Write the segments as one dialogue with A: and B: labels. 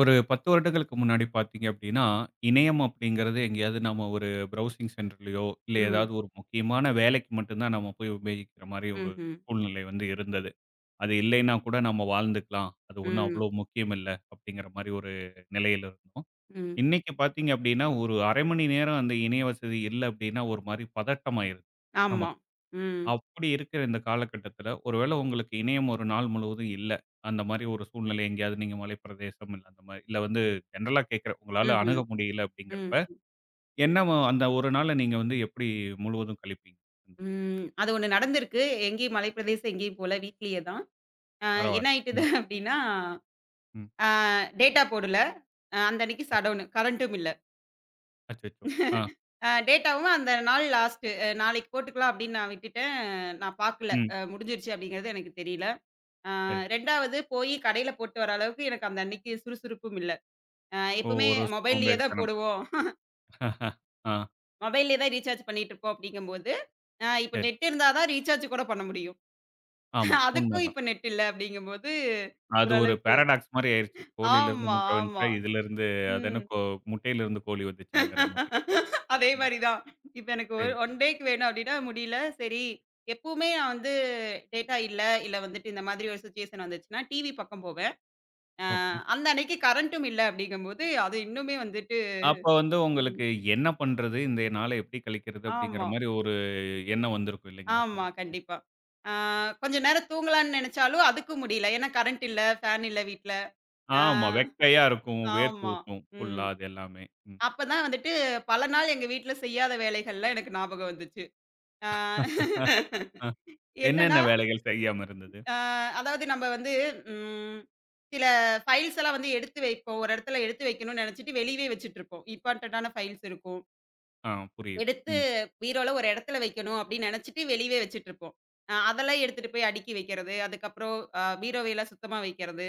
A: ஒரு 10 வருடங்களுக்கு முன்னாடி பார்த்தீங்க அப்படின்னா, இணையம் அப்படிங்கிறது எங்கேயாவது நம்ம ஒரு ப்ரௌசிங் சென்டர்லயோ, இல்ல
B: ம்.
A: ஏதாவது ஒரு முக்கியமான வேலைக்கு மட்டும் தான் நம்ம போய் உபயோகிக்கிற மாரி ஒரு
B: ம்ஹ்ம்.
A: சூழ்நிலை வந்து இருந்தது. அது இல்லைன்னா கூட நம்ம வாழ்ந்துக்கலாம். அது ஒண்ணும்
B: ம்.
A: அவ்வளோ முக்கியம் இல்ல அப்படிங்கிற மாரி ஒரு நிலையில இருந்தோம்.
B: ம்.
A: இன்னைக்கு பார்த்தீங்க அப்படின்னா, ஒரு 1/2 மணி நேரம் அந்த இணைய வசதி இல்ல அப்படின்னா ஒரு மாரி பதட்டமாயிருது.
B: ஆமா. ம்.
A: அப்படி இருக்கிற இந்த காலகட்டத்தில, ஒருவேளை உங்களுக்கு இணையம் ஒரு நாள் முழுவதும் இல்ல. அந்த மாரி ஒரு சூழ்நிலை எங்கேயாவது நீங்க மலைப்பிரதேசம் இல்ல அந்த மாரி இல்ல வந்து ஜெனரலா கேட்கிறேன். உங்களால
B: ம்ஹ்ம்.
A: அணுக முடியல அப்படிங்கிறப்ப,
B: ம்.
A: என்ன வ அந்த ஒரு நாள நீங்க வந்து எப்படி முழுவதும் கழிப்பீங்க? ம்.
B: ம். அது ஒண்ணு நடந்திருக்கு. எங்கேயும் மலைப்பிரதேசம் எங்கேயும் போல. வீட்லயே தான். அ என்ன
A: பரவால்ல.
B: ஆயிட்டுது
A: ம்.
B: அப்டின்னா,
A: ம்.
B: அ டேட்டா போடல. அந்த அன்னைக்கு ஷட்டவுனு. கரண்ட்டும் இல்ல.
A: அச்சச்சோ! ஆ.
B: டேட்டாவும் அந்த நாள் லாஸ்ட்டு. நாளைக்கு போட்டுக்கலாம் அப்டின்னு நான் விட்டுட்டேன். நான் பாக்கல.
A: ம்.
B: முடிஞ்சிருச்சு அப்டிங்கிறது எனக்கு தெரியல. அ
A: சரி.
B: 2வது போயி கடையில போட்டு வர அளவுக்கு எனக்கு அந்த அன்னைக்கு சுறுசுறுப்பும் இல்ல.
A: ஓ!
B: எப்பவுமே
A: ஒரு
B: மொபைல்லயே தான்
A: சோம்பேறித்தனம்.
B: போடுவோம்.
A: ஆ.
B: மொபைல்லே தான் ரீசார்ஜ் பண்ணிட்டு இருப்போம் அப்படிங்கும்போது, இப்ப
A: சரி.
B: நெட் இருந்தா தான் ரீசார்ஜ் கூட பண்ண முடியும்.
A: ஆமா,
B: அதுக்கும்
A: உண்மதான்.
B: இப்ப நெட் இல்ல அப்படிங்கும்போது,
A: அது ஒரு
B: ஓரளவுக்கு
A: பாராடாக்ஸ் மாரி ஆயிருச்சு. கோழியிலிருந்து
B: ஆமா,
A: முட்டை
B: ஆமா.
A: வந்துச்சா, இதிலிருந்து அது என்ன
B: ம்.
A: கோ முட்டையிலிருந்து கோழி வந்துச்சாங்கிற மாரி.
B: அதே
A: ம்.
B: மாரி தான். இப்ப எனக்கு
A: சரி.
B: ஒன் டேக்கு வேணும் அப்படின்னா முடியல. சரி, எப்பவுமே நான் வந்து டேட்டா இல்ல, இல்ல வந்துட்டு இந்த மாதிரி ஒரு சிச்சுவேஷன் வந்துச்சுன்னா, டிவி பக்கம் போவேன். அ
A: ஓகே.
B: அந்த அன்னைக்கு கரண்ட்டும் இல்ல அப்படிங்கும்போது, அது இன்னுமே வந்துட்டு
A: அப்ப வந்து
B: ம்.
A: உங்களுக்கு என்ன பண்றது? இந்த நாள எப்படி கழிக்கிறது? அப்படிங்கிற
B: ஆமா.
A: மாரி ஒரு எண்ணம் வந்திருக்கும் இல்லைங்களா?
B: ஆமா, கண்டிப்பா. ஆ கொஞ்ச நேரம் தூங்கலான்னு நெனச்சாலும், அதுக்கும் முடியல. ஏன்னா கரண்ட் இல்ல, ஃபேன் இல்ல வீட்ல. ஆ
A: ஆமா. வெக்கையா இருக்கும். வேர்த்து
B: ஆமா.
A: ஊத்தும்.
B: ம்.
A: ஃபுல்லா அது எல்லாமே. ம்.
B: அப்பதான் வந்துட்டு பல நாள் எங்க வீட்ல செய்யாத வேலைகள்லாம் எனக்கு ஞாபகம் வந்துச்சு. ஆ
A: அஹ், என்னென்ன
B: என்னன்னா,
A: வேலைகள் செய்யாம இருந்தது?
B: ஆ அதாவது நம்ம வந்து ம் சில ஃபைல்ஸ் எல்லாம் வந்து எடுத்து வைப்போம். ஒரு இடத்துல எடுத்து வைக்கணும்னு நெனச்சுட்டு வெளியவே வச்சுட்டுருப்போம். இம்பார்ட்டன்ட்டான ஃபைல்ஸ் இருக்கும்.
A: ஆ, புரியுது.
B: எடுத்து
A: ம்,
B: பீரோல ஒரு இடத்துல வைக்கணும் அப்படின்னு நினைச்சிட்டு வெளியவே வச்சுட்டுருப்போம். அதெல்லாம் எடுத்துட்டு போய் அடுக்கி வைக்கிறது. அதுக்கப்புறம் பீரோவையெல்லாம் சுத்தமா வைக்கிறது.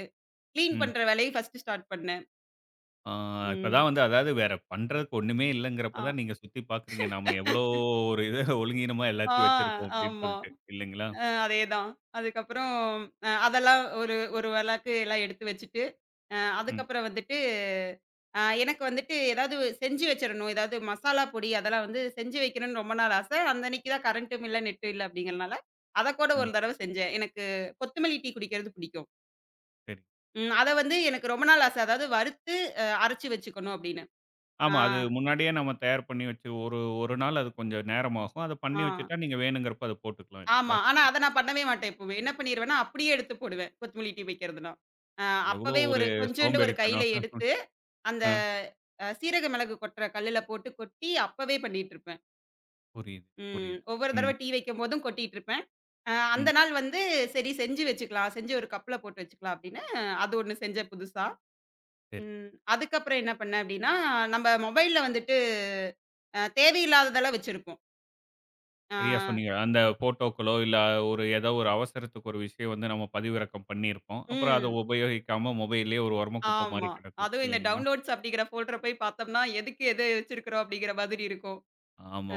B: கிளீன்
A: ம்.
B: பண்ற வேலையும் ஃபர்ஸ்ட்டு ஸ்டார்ட் பண்ணேன்.
A: ஆ,
B: ம்.
A: இப்பதான் வந்து அதாவது வேற பண்றதுக்கு ஒண்ணுமே
B: அ
A: இல்லங்கிறப்ப தான் நீங்க சுத்தி பார்க்குறீங்க. நாம எவ்வளோ ஒரு இது ஒழுங்கீனமா
B: ஆ
A: எல்லாத்தையும் வச்சிருக்கோம் அப்படின்னு
B: ஆமா.
A: சொல்லிட்டு. இல்லைங்களா?
B: அதேதான். அதுக்கப்புறம் அதெல்லாம் ஒரு ஒரு வழக்கு எல்லாம் எடுத்து வச்சுட்டு,
A: ம்,
B: அதுக்கப்புறம் வந்துட்டு, எனக்கு வந்துட்டு ஏதாவது செஞ்சு வச்சிரணும். ஏதாவது மசாலா பொடி அதெல்லாம் வந்து செஞ்சு வைக்கணும்னு ரொம்ப நாள் ஆசை. அந்த அன்னைக்கு தான் கரண்ட்டும் இல்ல, நெட்டும் இல்ல அப்படிங்கிறனால, அத கூட
A: ம்.
B: ஒரு தடவ செஞ்சேன். எனக்கு கொத்தமல்லி டீ குடிக்கிறது பிடிக்கும்.
A: சரி.
B: ம். அத வந்து எனக்கு ரொம்ப நாள் ஆசை. அதாவது வறுத்து அரைச்சு வச்சுக்கணும் அப்படின்னு. ஆ,
A: ஆமா. அது முன்னாடியே நம்ம தயார் பண்ணி வச்சு ஒரு ஒரு நாள் அது கொஞ்சம் நேரமாகும். அத பண்ணி
B: ஆ.
A: வச்சுட்டா நீங்க வேணுங்கிறப்ப அத போட்டுக்கலாம்
B: ஆமா.
A: இல்லைங்களா?
B: ஆனா அத நான் பண்ணவே மாட்டேன் எப்பவுமே. என்ன பண்ணிருவேன்னா, அப்படியே எடுத்து போடுவேன். கொத்தமல்லி டீ வைக்கிறதுனா. அ
A: எவ்வளோ
B: அப்பவே
A: ஒரு
B: ஒரு கொஞ்சோண்டு ஒரு கையில
A: சோம்பேறித்தனம்.
B: எடுத்து, அந்த
A: அ
B: சீரக மிளகு கொட்டுற கல்லுல போட்டு கொட்டி, அப்பவே பண்ணிட்டுருப்பேன்.
A: புரியுது,
B: ம்.
A: புரியுது.
B: ஒவ்வொரு
A: ம்,
B: தடவ டீ வைக்கும்போதும் கொட்டிட்டுருப்பேன். அந்த
A: ம்.
B: நாள் வந்து சரி செஞ்சு வச்சுக்கலாம். செஞ்சு ஒரு கப்ல போட்டு வச்சுக்கலாம் அப்படின்னு, அது ஒண்ணு செஞ்சேன் புதுசா.
A: சரி.
B: ம். அதுக்கப்புறம் என்ன பண்ணேன் அப்படின்னா, நம்ம மொபைல்ல வந்துட்டு தேவையில்லாததெல்லாம் வச்சிருப்போம். ஆ.
A: சரியா சொன்னீங்க. அந்த ஃபோட்டோக்களோ, இல்ல ஒரு ஏதோ ஒரு அவசரத்துக்கு ஒரு விஷயம் வந்து நம்ம பதிவிறக்கம் பண்ணியிருப்போம். அப்புறம் அத
B: ம்.
A: உபயோகிக்காம மொபைல்லயே ஒரு ஓரமா குப்பை மாரி
B: ஆமா.
A: கிடக்கும்.
B: அதுவும் இந்த
A: இல்லைங்களா?
B: டவுன்லோட்ஸ் அப்படிங்கிற ஃபோல்டர போய் பார்த்தோம்னா, எதுக்கு எது வச்சிருக்கிறோம் அப்படிங்கிற மாதிரி இருக்கும்.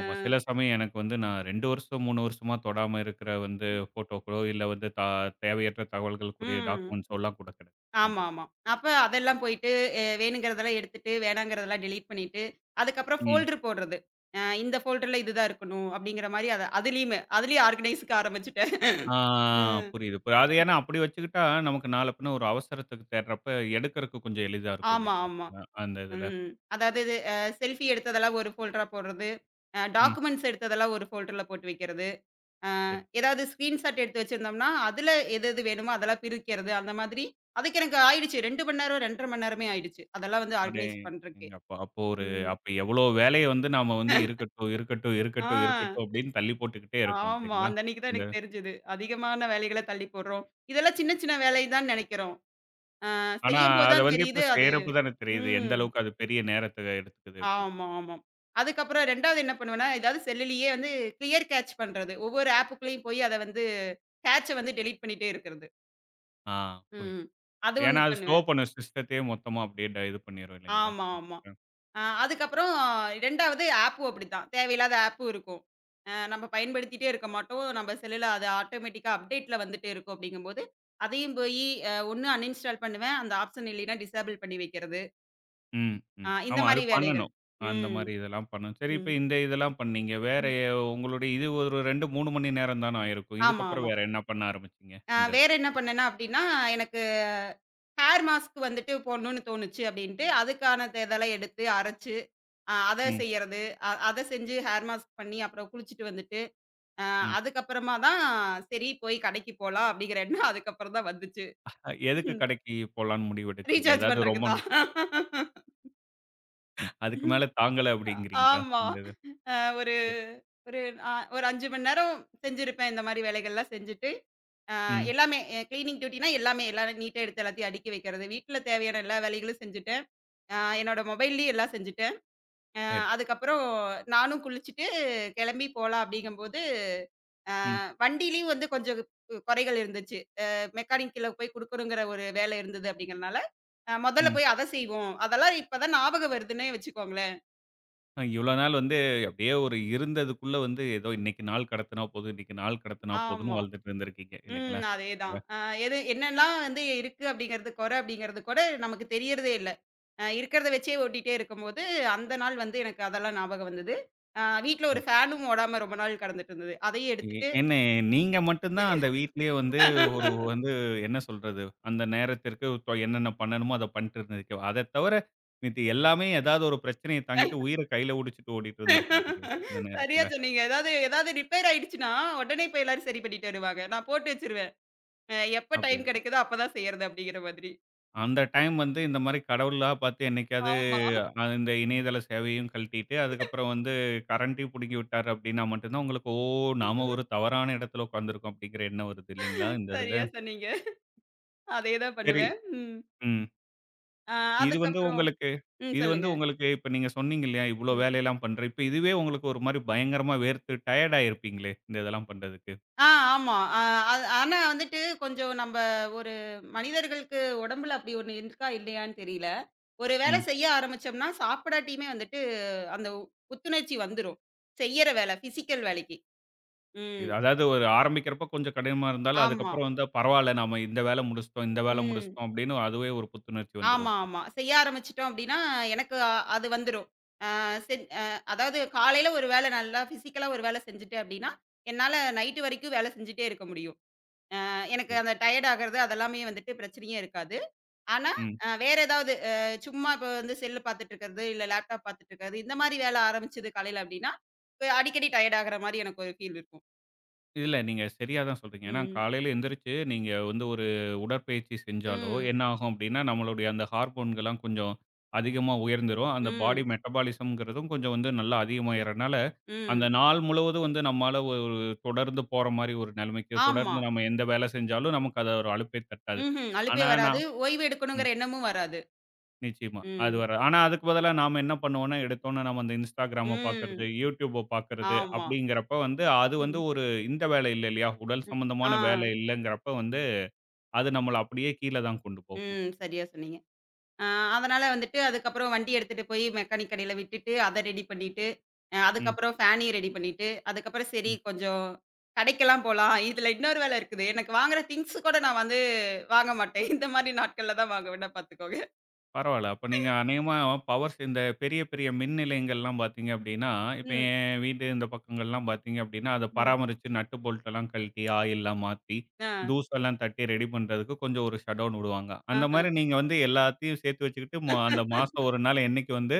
B: அ,
A: சில சமயம் எனக்கு வந்து நான் 2 வருஷம், 3 வருஷமா தொடாம இருக்கிற வந்து ஃபோட்டோக்களோ, இல்ல வந்து தேவையற்ற தகவல்களுக்குரிய
B: ம்.
A: டாக்குமெண்ட்ஸோ எல்லாம் கூட கிடக்கு. அந்த
B: ஆமா, ஆமா. அப்ப அதெல்லாம் போயிட்டு வேணுங்கிறதெல்லாம் எடுத்துட்டு, வேணாங்கிறதெல்லாம் டெலீட் பண்ணிட்டு, அதுக்கப்புறம் ஃபோல்டர் போடுறது. இந்த ஃபோல்டர்ல இதுதான் இருக்கணும் அப்படிங்கிற மாரி அத அதுலயும் ஆர்கனைஸ்க்கு ஆரம்பிச்சுட்டேன்.
A: ஆ,
B: ம்.
A: புரியுது. அது ஏன்னா அப்படி வச்சுக்கிட்டா, நமக்கு நாள பின்ன ஒரு அவசரத்துக்கு தேடுறப்ப எடுக்கறக்கு கொஞ்சம் எளிதா இருக்கும்
B: ஆமா,
A: இல்லைங்களா?
B: ஆமா.
A: அந்த இதுல.
B: ம். அதாவது இது செல்ஃபி எடுத்ததெல்லாம் ஒரு ஃபோல்டரா போடுறது.
A: ம்.
B: டாக்குமெண்ட்ஸ் எடுத்ததெல்லாம் ஒரு ஃபோல்டர்ல போட்டு வைக்கிறது.
A: சரி.
B: ஏதாவது ஸ்கிரீன்ஷாட் எடுத்து வச்சிருந்தோம்னா, அதுல எது எது வேணுமோ அதெல்லாம் பிரிக்கிறது, அந்த மாதிரி. அதுக்கு எனக்கு ஆயிடுச்சு. 2 மணி நேரம், 2 1/2 மணி நேரமே ஆயிடுச்சு. அதெல்லாம் வந்து
A: அடே
B: ஆர்கனைஸ் பண்றதுக்கு.
A: எங்கப்பா! அப்போ ஒரு
B: ம்.
A: அப்ப எவ்வளோ வேலைய வந்து நாம வந்து இருக்கட்டும், இருக்கட்டும், இருக்கட்டும்,
B: ஆ,
A: இருக்கட்டும் அப்படின்னு தள்ளி போட்டுக்கிட்டே இருக்கோம்
B: ஆமா.
A: இல்லைங்களா?
B: அந்த அன்னைக்கு தான்
A: இந்த
B: எனக்கு தெரிஞ்சது. அதிகமான வேலைகள தள்ளி போடுறோம். இதெல்லாம் சின்ன சின்ன வேலை தான் நெனைக்கிறோம்.
A: ஆனா
B: செய்யும்போது
A: அத
B: தான்
A: வந்து இப்ப
B: தெரியுது அது
A: செய்றப்ப தானே தெரியுது. எந்த
B: ம்.
A: அளவுக்கு அது பெரிய நேரத்த எடுத்துக்குது அப்படின்னு.
B: ஆமா, ஆமா. அதுக்கப்புறம் 2வது என்ன பண்ணுவேன்னா, ஏதாவது செல்லுலயே வந்து கிளியர் கேட்ச் பண்றது. ஒவ்வொரு ஆப்புக்குள்ளயும் போய் அத வந்து கேட்ச்ச வந்து டெலீட் பண்ணிட்டே இருக்கிறது.
A: ஆ, புரியுது.
B: ம். அது
A: ஏன்னா
B: ஒண்ணு
A: அது ஸ்லோ
B: பண்ணுவேன்.
A: பண்ணும் சிஸ்டத்தையே மொத்தமா அப்படியே இது பண்ணிரும் இல்லைங்களா?
B: ஆமா, ஆமா. அதுக்கப்புறம் 2வது ஆப்பும் அப்படித்தான். தேவையில்லாத ஆப்பும் இருக்கும். நம்ம பயன்படுத்திட்டே இருக்க மாட்டோம். நம்ம செல்லுல அது ஆட்டோமேட்டிக்கா அப்டேட்ல வந்துட்டே இருக்கும் அப்படிங்கும்போது, அதையும் போயி ஒண்ணு அன்இன்ஸ்டால் பண்ணுவேன். அந்த ஆப்ஷன் இல்லைன்னா டிசேபிள் பண்ணி வைக்கிறது.
A: ம், ம்.
B: இந்த
A: ஆமா. அது
B: மாரி வேலைகள்.
A: பண்ணணும். அந்த
B: ம்.
A: மாரி இதெல்லாம் பண்ணணும். சரி இப்ப
B: ம்.
A: இந்த இதெல்லாம் பண்ணீங்க. வேற
B: ம்.
A: உங்களுடைய இது ஒரு 2, 3 மணி நேரம் தான ஆயிருக்கும்.
B: ஆமா,
A: இதுக்கப்புறம்
B: ஆமா.
A: வேற என்ன பண்ண ஆரம்பிச்சீங்க? இந்த இது?
B: வேற என்ன பண்ணேன்னா அப்படின்னா, எனக்கு ஹேர் மாஸ்க் வந்துட்டு போடணும்னு தோணுச்சு அப்படின்ட்டு, அதுக்கான இதெல்லாம் எடுத்து அரைச்சு, அத
A: ம்,
B: செய்யறது. அத செஞ்சு ஹேர் மாஸ்க் பண்ணி அப்புறம் குளிச்சுட்டு வந்துட்டு அ
A: ம்.
B: அதுக்கப்புறமா தான் சரி போய் கடைக்கு போலாம் அப்படிங்கிற எண்ணம் அதுக்கப்புறம் தான் வந்துச்சு.
A: எதுக்கு கடைக்கு போலான்னு முடிவெடுக்கிறீங்க?
B: ரீசார்ஜ்
A: ஏதாவது
B: பண்றதுக்கு
A: ரொம்ப
B: தான்.
A: அதுக்கு மேல தாங்கல அப்படிங்கிறீங்களா?
B: ஆமா.
A: இந்த இது.
B: அ ஒரு
A: சரி.
B: ஒரு அ ஒரு 5 மணி நேரம் செஞ்சிருப்பேன். இந்த மாரி வேலைகள்லாம் செஞ்சுட்டு,
A: ம்.
B: எல்லாமே கிளீனிங் டியூட்டினா எல்லாம் நீட்டா எடுத்து எல்லாத்தையும் அடுக்கி வைக்கிறது. வீட்ல தேவையான எல்லா வேலைகளும் செஞ்சுட்டேன். அ என்னோட மொபைல்லயும் எல்லாம் செஞ்சுட்டேன். அ
A: சரி.
B: அதுக்கப்புறம் நானும் குளிச்சுட்டு கிளம்பி போலாம் அப்படிங்கும்போது,
A: ம்,
B: வண்டியிலயும் வந்து கொஞ்சம் குறைகள் இருந்துச்சு. மெக்கானிக் கீழ போய் குடுக்கணுங்கிற ஒரு வேலை இருந்தது அப்படிங்கிறனால, முதல்ல
A: ம்.
B: போய் அத செய்வோம். அதெல்லாம் இப்ப தான் ஞாபகம் வருதுன்னே வச்சுக்கோங்களேன்.
A: இவ்வளோ நாள் வந்து அப்படியே ஒரு இருந்ததுக்குள்ள வந்து ஏதோ இன்னைக்கு நாள் கடத்துனா போதும், இன்னைக்கு நாள் கடத்துனா போதும்ன்னு
B: ஆமா.
A: வாழ்ந்துட்டு இருந்திருக்கீங்க
B: ம்.
A: இல்லைங்களா?
B: அதேதான். எது என்னலாம் வந்து இருக்கு அப்படிங்கிறது, குறை அப்படிங்கிறது கூட நமக்கு தெரியறதே இல்ல. இருக்கிறத வச்சே ஓட்டிட்டே இருக்கும்போது, அந்த நாள் வந்து எனக்கு அதெல்லாம் ஞாபகம் வந்தது. வீட்ல ஒரு ஃபேனும் ஓடாம ரொம்ப நாள் கடந்துட்டு இருந்தது. அதையும் எடுத்துட்டு
A: என்ன நீங்க மட்டும் தான் அந்த வீட்லயே வந்து ஒரு வந்து என்ன சொல்றது? அந்த நேரத்திற்கு என்னென்ன பண்ணணுமோ அத பண்ணிட்டு இருந்திருக்க. அத தவிர மீதி எல்லாமே ஏதாவது ஒரு பிரச்சனைய தாங்கிட்டு உயிர கையில புடிச்சுட்டு ஓடிட்டு இருந்திருக்கும் போலயே, அந்த
B: சரியா
A: நேரத்துல.
B: சொன்னீங்க. ஏதாவது ஏதாவது ரிப்பேர் ஆயிடுச்சுன்னா, உடனே போய் எல்லாரும் சரி பண்ணிட்டு வருவாங்க. நான் போட்டு வச்சுருவேன். எப்ப
A: அப்படி
B: டைம் கிடைக்குதோ அப்பதான் செய்யறது அப்படிங்கிற மாதிரி.
A: அந்த டைம் வந்து இந்த மாரி கடவுளா பார்த்து என்னைக்காவது
B: ஆமா.
A: இந்த இணையதள சேவையும் கழட்டிட்டு, அதுக்கப்புறம் வந்து கரண்ட்டையும் புடுங்கி விட்டாரு அப்படின்னா மட்டும் தான் உங்களுக்கு, "ஓ! நாம ஒரு தவறான இடத்துல உட்கார்ந்திருக்கோம்" அப்படிங்கிற எண்ணம் வருது இல்லைங்களா? இந்த இதுல.
B: சரியா சொன்னீங்க. அதே தான்
A: சரி.
B: பண்ணுவேன். ம்.
A: ம்.
B: அ
A: இது வந்து
B: அதுக்கப்புறம்
A: உங்களுக்கு
B: ம்
A: இது வந்து
B: சொல்லுங்க.
A: உங்களுக்கு இப்ப நீங்க சொன்னீங்க இல்லையா? இவ்ளோ
B: ம்.
A: வேலையெல்லாம் பண்றேன். இப்ப இதுவே உங்களுக்கு ஒரு மாரி பயங்கரமா வேர்த்து டயர்ட் ஆயிருப்பீங்களே! இந்த இதெல்லாம் பண்றதுக்கு.
B: ஆ ஆமா. அது ஆனா வந்துட்டு கொஞ்சம் நம்ப ஒரு மனிதர்களுக்கு உடம்புல அப்படி ஒண்ணு இருக்கா இல்லையான்னு தெரியல. ஒரு வேலை
A: ம்.
B: செய்ய ஆரம்பிச்சோம்னா, சாப்பிடாட்டியுமே வந்துட்டு அந்த புத்துணர்ச்சி வந்துரும். செய்யற வேலை, பிசிக்கல் வேலைக்கு. ம்.
A: இது அதாவது ஒரு ஆரம்பிக்கிறப்ப கொஞ்சம் கடினமா இருந்தாலும்,
B: ஆமா.
A: அதுக்கப்புறம் வந்து பரவால்ல நாம இந்த வேல முடிச்சுட்டோம், இந்த வேல
B: ம்.
A: முடிச்சுட்டோம் அப்படின்னு அதுவே ஒரு புத்துணர்ச்சி
B: ஆமா,
A: வந்துரும்.
B: ஆமா. செய்ய ஆரம்பிச்சுட்டோம் அப்படின்னா, எனக்கு அது வந்துரும். அ செஞ் அ அதாவது காலையில ஒரு வேலை நல்லா பிசிக்கலா ஒரு வேலை செஞ்சுட்டேன் அப்படின்னா, என்னால நைட் வரைக்கும் வேலை செஞ்சுட்டே இருக்க முடியும். எனக்கு அந்த டயர்ட் ஆகுறது அதெல்லாமே வந்துட்டு பிரச்சனையே இருக்காது. ஆனா,
A: ம்.
B: வேற ஏதாவது சும்மா இப்ப வந்து செல்லு பார்த்துட்டு இருக்கிறது, இல்ல லேப்டாப் பார்த்துட்டு இருக்கிறது, இந்த மாரி வேலை ஆரம்பிச்சது காலையில அப்படின்னா, அடிக்கடி டயர்ட் ஆகுற மாரி எனக்கு ஒரு ஃபீல் இருக்கும்.
A: இல்ல. நீங்க சரியா தான் சொல்றீங்க. ஏன்னா
B: ம்.
A: காலையில எந்திரிச்சு நீங்க வந்து ஒரு உடற்பயிற்சி செஞ்சாலோ,
B: ம்.
A: என்ன ஆகும் அப்டின்னா, நம்மளுடைய அந்த ஹார்மோன்கள்லாம் கொஞ்சம் அதிகமா உயர்ந்துரும். அந்த பாடி
B: ம்.
A: மெட்டபாலிசம்ங்கிறதும் கொஞ்சம் வந்து நல்லா அதிகமாயிறனால, அந்த
B: ம்.
A: நாள் முழுவதும் வந்து நம்மால ஒரு தொடர்ந்து போற மாரி ஒரு நிலைமைக்கு,
B: ஆமா.
A: தொடர்ந்து நம்ம எந்த வேலை செஞ்சாலும் நமக்கு அது ஒரு அலுப்பே தட்டாது.
B: ம்ஹ்ம். அலுப்பே
A: ஆனா நான்
B: வராது.
A: ம்.
B: ஓய்வு எடுக்கணுங்கிற எண்ணமும் வராது.
A: நிச்சயமா. அது
B: ம்.
A: வர ஆனா அதுக்கு பதிலா நாம என்ன பண்ணுவோம்னா, எடுத்தோனே நம்ம அந்த Instagram பாக்குறது,
B: ம்.
A: YouTube பாக்குறது
B: ஆமா.
A: அப்படிங்கிறப்ப வந்து அது வந்து
B: ம்.
A: ஒரு இந்த வேலை இல்ல இல்லையா? உடல்
B: ம். ஆ.
A: சம்பந்தமான வேலை இல்லங்கிறப்ப வந்து, அது நம்மள அப்படியே கீழ தான் கொண்டு போகும்.
B: ம். சரியா சொன்னீங்க. ஆ அதனால வந்துட்டு அதுக்கப்புறம் வண்டி எடுத்துட்டு போய் மெக்கானிக் கடையில விட்டுட்டு, அத ரெடி பண்ணிட்டு,
A: ம்.
B: அதுக்கப்புறம் ஃபேனையும் ரெடி பண்ணிட்டு, அதுக்கப்புறம் சரி
A: ம்.
B: கொஞ்சம் கடைக்கெல்லாம் போலாம். இதுல இன்னொரு வேலை இருக்குது. எனக்கு வாங்குற திங்ஸ் கூட நான் வந்து வாங்க மாட்டேன். இந்த மாரி நாட்கள்ல தான் வாங்குவேன்னா பார்த்துக்கோங்க.
A: பரவால்ல. அப்ப நீங்க அநேகமா பவர்ஸ் இந்த பெரிய, பெரிய மின் நிலையங்கள்லாம் பார்த்தீங்க அப்படின்னா, இப்ப
B: ம்,
A: என் வீட்டு இந்த பக்கங்கள்லாம் பார்த்தீங்க அப்படின்னா, அத
B: ம்.
A: பராமரிச்சு நட்டு போல்ட்டெல்லாம் கழட்டி, ஆயில்லாம் மாத்தி,
B: ஆ.
A: தூசெல்லாம் தட்டி ரெடி பண்றதுக்கு கொஞ்சம் ஒரு ஷட்டவுன் விடுவாங்க. அந்த
B: ஆஹ.
A: மாரி நீங்க வந்து எல்லாத்தையும் சேர்த்து வச்சுக்கிட்டு, அந்த மாசம் ஒரு நாள் என்னைக்கு வந்து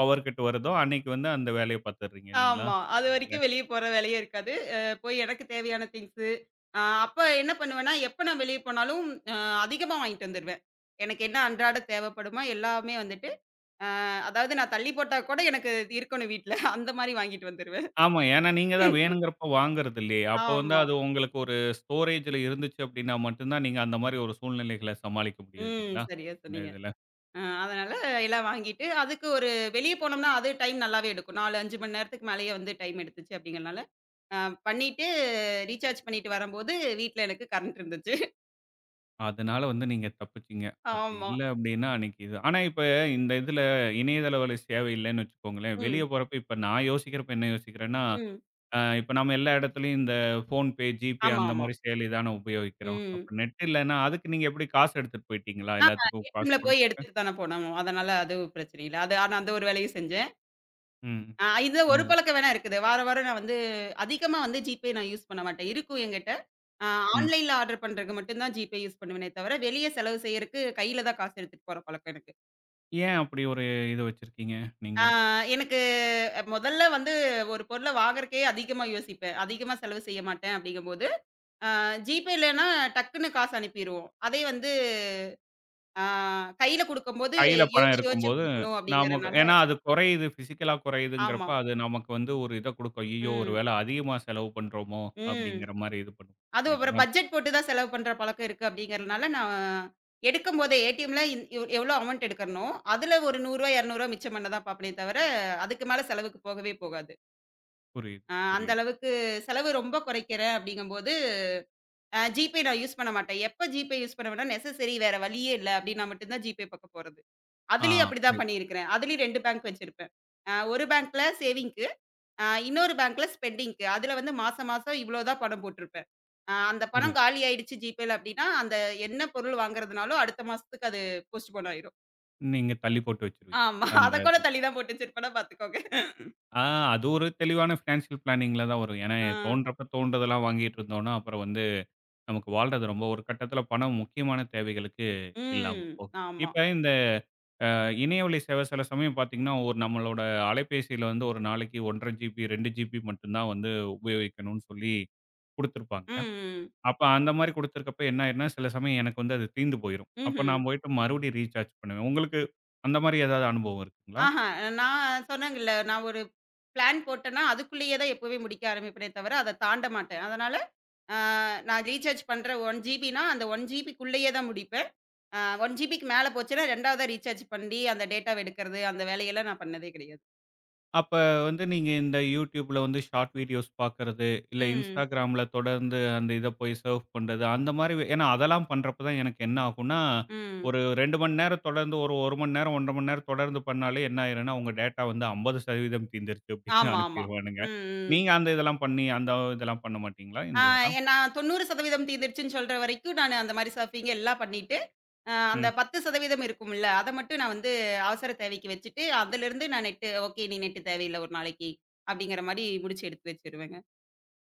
A: பவர் கட் வருதோ, அன்னைக்கு வந்து அந்த வேலைய பார்த்துடுறீங்க இல்லைங்களா?
B: ஆமா.
A: இல்ல.
B: அதுவரைக்கும் வெளிய போற வேலையும் இருக்காது. அ போய் எனக்கு தேவையான திங்ஸு அ அப்ப என்ன பண்ணுவேன்னா, எப்ப நான் வெளிய போனாலும் அ அதிகமா வாங்கிட்டு வந்துருவேன். எனக்கு என்ன அன்றாட தேவைப்படுமோ எல்லாமே வந்துட்டு ஆ அதாவது நான் தள்ளி போட்டா கூட எனக்கு இது இருக்கணும் வீட்ல. அந்த மாரி வாங்கிட்டு வந்துருவேன்.
A: ஆமா. ஏன்னா நீங்க தான் வேணுங்கிறப்ப வாங்குறது இல்லையே. அப்ப வந்து
B: ஆமா.
A: அது உங்களுக்கு ஒரு ஸ்டோரேஜ்ல இருந்துச்சு அப்படின்னா மட்டும் தான், நீங்க அந்த மாரி ஒரு சூழ்நிலைகள சமாளிக்க முடியும்
B: ம்.
A: இல்லைங்களா?
B: சரியா
A: இந்த
B: சொன்னீங்க.
A: இதுல.
B: அதனால எல்லாம் வாங்கிட்டு, அதுக்கு ஒரு வெளிய போனோம்னா அது டைம் நல்லாவே எடுக்கும். 4, 5 மணி நேரத்துக்கு மேலேயே வந்து டைம் எடுத்துச்சு அப்படிங்கிறனால, அ பண்ணிட்டு ரீசார்ஜ் பண்ணிட்டு வரும்போது வீட்ல எனக்கு கரண்ட் இருந்துச்சு.
A: அதனால வந்து நீங்க தப்பிச்சீங்க. அப்படி
B: ஆமா.
A: இல்ல அப்படின்னா அன்னைக்கு இது ஆனா இப்ப இந்த இதுல இணையதள வழி சேவை இல்லன்னு வச்சுக்கோங்களேன், வெளிய
B: ம்,
A: போறப்ப இப்ப நான் யோசிக்கிறப்ப என்ன யோசிக்கிறேன்னா,
B: ம்.
A: இப்ப நம்ம எல்லா இடத்துலயும் இந்த ஃபோன்பே, ஜிபே
B: ஆமா,
A: அந்த
B: ஆமா.
A: மாரி செயலி தானே உபயோகிக்கிறோம்.
B: ம்.
A: அப்ப நெட் இல்லன்னா அதுக்கு நீங்க எப்படி காசு எடுத்துட்டு போயிட்டீங்களா?
B: ஆ
A: எல்லாத்துக்கும் காசு
B: ஏடிஎம்ல போய்
A: குடுக்குறக்கு?
B: எடுத்துட்டு தானே போனோம். அதனால அது பிரச்சனை இல்ல. அது ஆனா அந்த ஒரு வேலையும் செஞ்சேன்.
A: ம்.
B: இது ஒரு
A: அது
B: பழக்கம் வேணா இருக்குது. வாரம் வாரம் நான் வந்து அதிகமா வந்து ஜிபே நான் யூஸ் பண்ண மாட்டேன். இருக்கும் என்கிட்ட. ஆ
A: ம்.
B: ஆன்லைன்ல ஆர்டர் பண்றதுக்கு மட்டும் தான் ஜிபே யூஸ் பண்ணுவேனே தவிர, வெளிய செலவு செய்யறக்கு கையில தான் காசு எடுத்துட்டு போற பழக்கம் எனக்கு.
A: ஏன் அப்படி ஒரு இது வச்சிருக்கீங்க நீங்க?
B: ஆ எனக்கு மொதல்ல வந்து ஒரு பொருள வாங்குறக்கே அதிகமா யோசிப்பேன். அதிகமா செலவு செய்ய மாட்டேன் அப்படிங்கும்போது, ஜிபே இல்லன்னா டக்குன்னு காசு அனுப்பிருவோம். அதே வந்து ஆ கையில குடுக்கும்போது
A: கையில பணம்
B: யோசிச்சு யோசிச்சு
A: இருக்கும்போது,
B: குடுக்கணும்
A: நமக்கு
B: அப்படிங்கிறனால
A: ஏன்னா அது குறையுது, பிசிக்கலா குறையுதுங்கிறப்ப,
B: ஆமா.
A: அது நமக்கு வந்து ஒரு இத குடுக்கும். ஐய்யயோ! ஒரு
B: ம்.
A: வேள அதிகமா செலவு பண்றோமோ!
B: ம்.
A: அப்படிங்கிற மாரி இது பண்ணும்.
B: அதுவும் அப்புறம்
A: இல்லைங்களா?
B: பட்ஜெட் போட்டு தான் செலவு பண்ற பழக்கம் இருக்கு அப்படிங்கிறதுனால, நான் எடுக்கும்போதே ஏடிஎம்ல இந் எவ் எவ்வளோ அமௌண்ட் எடுக்கிறனோ, அதுல ஒரு ரூ. 100 ரூ. 200 மிச்சம் பண்ண தான் பார்ப்பனே தவிர, அதுக்கு மேல செலவுக்கு போகவே போகாது.
A: புரியுது,
B: அந்த
A: புரியுது.
B: அளவுக்கு செலவு ரொம்ப குறைக்கிறேன் அப்படிங்கும்போது, ஜிபே நான் யூஸ் பண்ண மாட்டேன். எப்ப ஜிபே யூஸ் பண்ணுவேன்னா, நெசசரி வேற வழியே இல்ல அப்படின்னா மட்டும் தான் ஜிபே பக்கம் போறது.
A: ஆ,
B: அதுலயும் அப்படிதான்
A: புரியுது,
B: பண்ணியிருக்கிறேன். அதுலயும் 2 பேங்க் வச்சிருப்பேன். ஒரு பேங்க்ல சேவிங்க்கு இன்னொரு பேங்க்ல ஸ்பெண்டிங்க்கு. அதுல வந்து மாசம் மாசம் இவ்ளோ தான் பணம் போட்டுருப்பேன். அந்த பணம்
A: புரியுது.
B: காலி ஆயிடுச்சு ஜிபேல அப்டின்னா, அந்த என்ன பொருள் வாங்குறதுனாலோ, அடுத்த மாசத்துக்கு அது போஸ்ட்போன் ஆயிரும்.
A: நீங்க தள்ளி போட்டு வச்சுருவீங்க.
B: ஆமா. அத
A: அந்த
B: கூட
A: இது.
B: தள்ளி தான் போட்டு வச்சிருப்பேனா பாத்துக்கோங்க.
A: ஆ, அது ஒரு தெளிவான பினான்சியல் பிளானிங்ல தான் வரும். ஏன்னா
B: ஆ.
A: தோன்றப்ப தோன்றதெல்லாம் வாங்கிட்டு இருந்தோம்னா, அப்புறம் வந்து நமக்கு வாழ்றது ரொம்ப ஒரு கட்டத்தில பணம் முக்கியமான தேவைகளுக்கு இல்லாம
B: ம்.
A: போகும்.
B: ஆமா.
A: இப்ப இந்த இணையவழி சேவை சில சமயம் பார்த்தீங்கன்னா, ஒரு நம்மளோட அலைபேசியில வந்து ஒரு நாளைக்கு 1 1/2 ஜிபி, 2 ஜிபி மட்டும் தான் வந்து உபயோகிக்கணும்னு சொல்லி குடுத்துருப்பாங்க.
B: ம், ம்.
A: அப்ப அந்த மாரி குடுத்துருக்கப்ப என்ன ஆயிரும்னா, சில சமயம் எனக்கு வந்து அது தீர்ந்து போயிரும். அப்ப
B: ம்ஹ்ம்.
A: நான் போயிட்டு மறுபடியும் ரீசார்ஜ் பண்ணுவேன். உங்களுக்கு அந்த மாரி ஏதாவது அனுபவம் இருக்குங்களா?
B: ஆஹ. நான் சொன்னேங்கல்ல, நான் ஒரு பிளான் போட்டேன்னா, அதுக்குள்ளேயே தான் எப்பவுமே முடிக்க ஆரம்பிப்பேனே தவிர, அத தாண்ட மாட்டேன். அதனால, அ நான் ரீசார்ஜ் பண்ற 1 ஜிபின்னா, அந்த 1 ஜிபிக்குள்ளேயே தான் முடிப்பேன். 1 ஜிபிக்கு மேல போச்சுன்னா, 2வதா ரீசார்ஜ் பண்ணி, அந்த டேட்டாவ எடுக்கிறது, அந்த வேலையெல்லாம் நான் பண்ணதே கிடையாது.
A: அப்ப வந்து நீங்க இந்த YouTubeல வந்து ஷார்ட் வீடியோஸ் பார்க்கறது, இல்ல
B: ம்.
A: Instagramல தொடர்ந்து அந்த இத போய் சர்ஃப் பண்றது, அந்த மாரி ஏன்னா அதெல்லாம் பண்றப்ப தான் எனக்கு என்ன ஆகும்னா,
B: ம்.
A: ஒரு 2 மணி நேரம் தொடர்ந்து ஒரு 1 மணி நேரம், 1 1/2 மணி நேரம் தொடர்ந்து பண்ணாலே என்ன ஆயிரும்னா, உங்க டேட்டா வந்து 50% தீர்ந்துருச்சு அப்படின்னு
B: ஆமா, ஆமா.
A: அனுப்பிருவானுங்க.
B: ம், ம்.
A: நீங்க அந்த இதெல்லாம் பண்ணி அந்த இதெல்லாம் பண்ண மாட்டீங்களா?
B: ஆ
A: இந்த இதெல்லாம்?
B: நான் 90% தீர்ந்துருச்சுன்னு சொல்ற வரைக்கும், நானு அந்த மாரி சர்ஃபிங் எல்லாம் பண்ணிட்டு, அந்த
A: ம்.
B: 10% இருக்கும்ல, அத மட்டும் நான் வந்து அவசர தேவைக்கு வச்சுட்டு, அதிலிருந்து நான் நெட்டு ஓகே, இனி நெட்டு தேவையில்ல ஒரு நாளைக்கு, அப்படிங்கிற மாரி முடிச்சு எடுத்து வச்சுருவேங்க.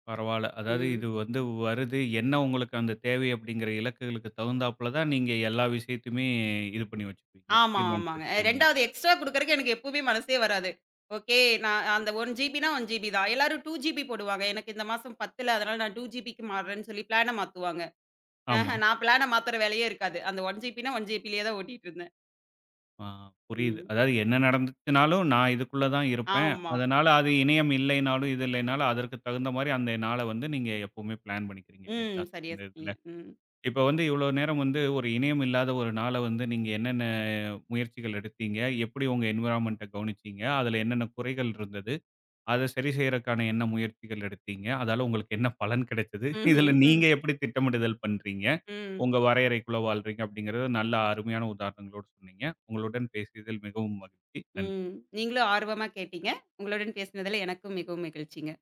A: பரவால்ல. அதாவது இது
B: ம்.
A: வந்து வருது. என்ன உங்களுக்கு அந்த தேவை அப்படிங்கிற இலக்குகளுக்கு தகுந்தாப்புல தான் நீங்க எல்லா விஷயத்தையுமே இது பண்ணி வச்சுக்குவீங்க.
B: ஆமா,
A: தீர்மானிச்சு
B: ஆமாங்க.
A: வச்சுக்குவீங்க.
B: 2வது எக்ஸ்ட்ரா குடுக்கறக்கு எனக்கு எப்பவுமே மனசே வராது. ஓகே. நான் அந்த 1 ஜிபின்னா 1 ஜிபி தான். எல்லாரும் 2 ஜிபி போடுவாங்க. எனக்கு இந்த மாசம் 10ல அதனால நான் 2 ஜிபிக்கு மாறுறேன்னு சொல்லி பிளான மாத்துவாங்க.
A: ஆமா.
B: ஆஹ நான் பிளான மாத்துற வேலையே இருக்காது. அந்த 1 ஜிபின்னா 1 ஜிபிலயே தான் ஓட்டிட்டு இருந்தேன்.
A: ஆ, புரியுது.
B: ம்.
A: அதாவது என்ன நடந்துச்சுனாலும், நான் இதுக்குள்ள தான் இருப்பேன்.
B: ஆமா.
A: அதனால அது இணையம் இல்லைனாலும், இது இல்லைனாலும் அதற்கு தகுந்த மாரி அந்த நாள வந்து நீங்க எப்பவுமே பிளான் பண்ணிக்கிறீங்க
B: ம்.
A: இல்லைங்களா?
B: சரியா
A: இந்த இதுல.
B: சொன்னீங்க. ம்.
A: இப்ப வந்து இவ்வளோ நேரம் வந்து ஒரு இணையம் இல்லாத ஒரு நாள வந்து நீங்க என்னென்ன முயற்சிகள் எடுத்தீங்க? எப்படி உங்க என்விரான்மென்ட்ட கவனிச்சீங்க? அதுல என்னென்ன குறைகள் இருந்தது? அத சரி செய்றக்கான என்ன முயற்சிகள் எடுத்தீங்க? அதால உங்களுக்கு என்ன பலன் கிடைச்சது?
B: ம்ஹ்ம்.
A: இதுல
B: ம்.
A: நீங்க எப்படி திட்டமிடுதல் பண்றீங்க?
B: ம்.
A: உங்க வரையறைக்குள்ள வாழ்றீங்க அப்படிங்கிறது நல்ல அருமையான உதாரணங்களோடு சொன்னீங்க. உங்களுடன் பேசியதில் மிகவும் மகிழ்ச்சி. நன்றி.
B: ம். நீங்களும் ஆர்வமா கேட்டீங்க. உங்களுடன் பேசினதுல எனக்கும் மிகவும் மகிழ்ச்சிங்க.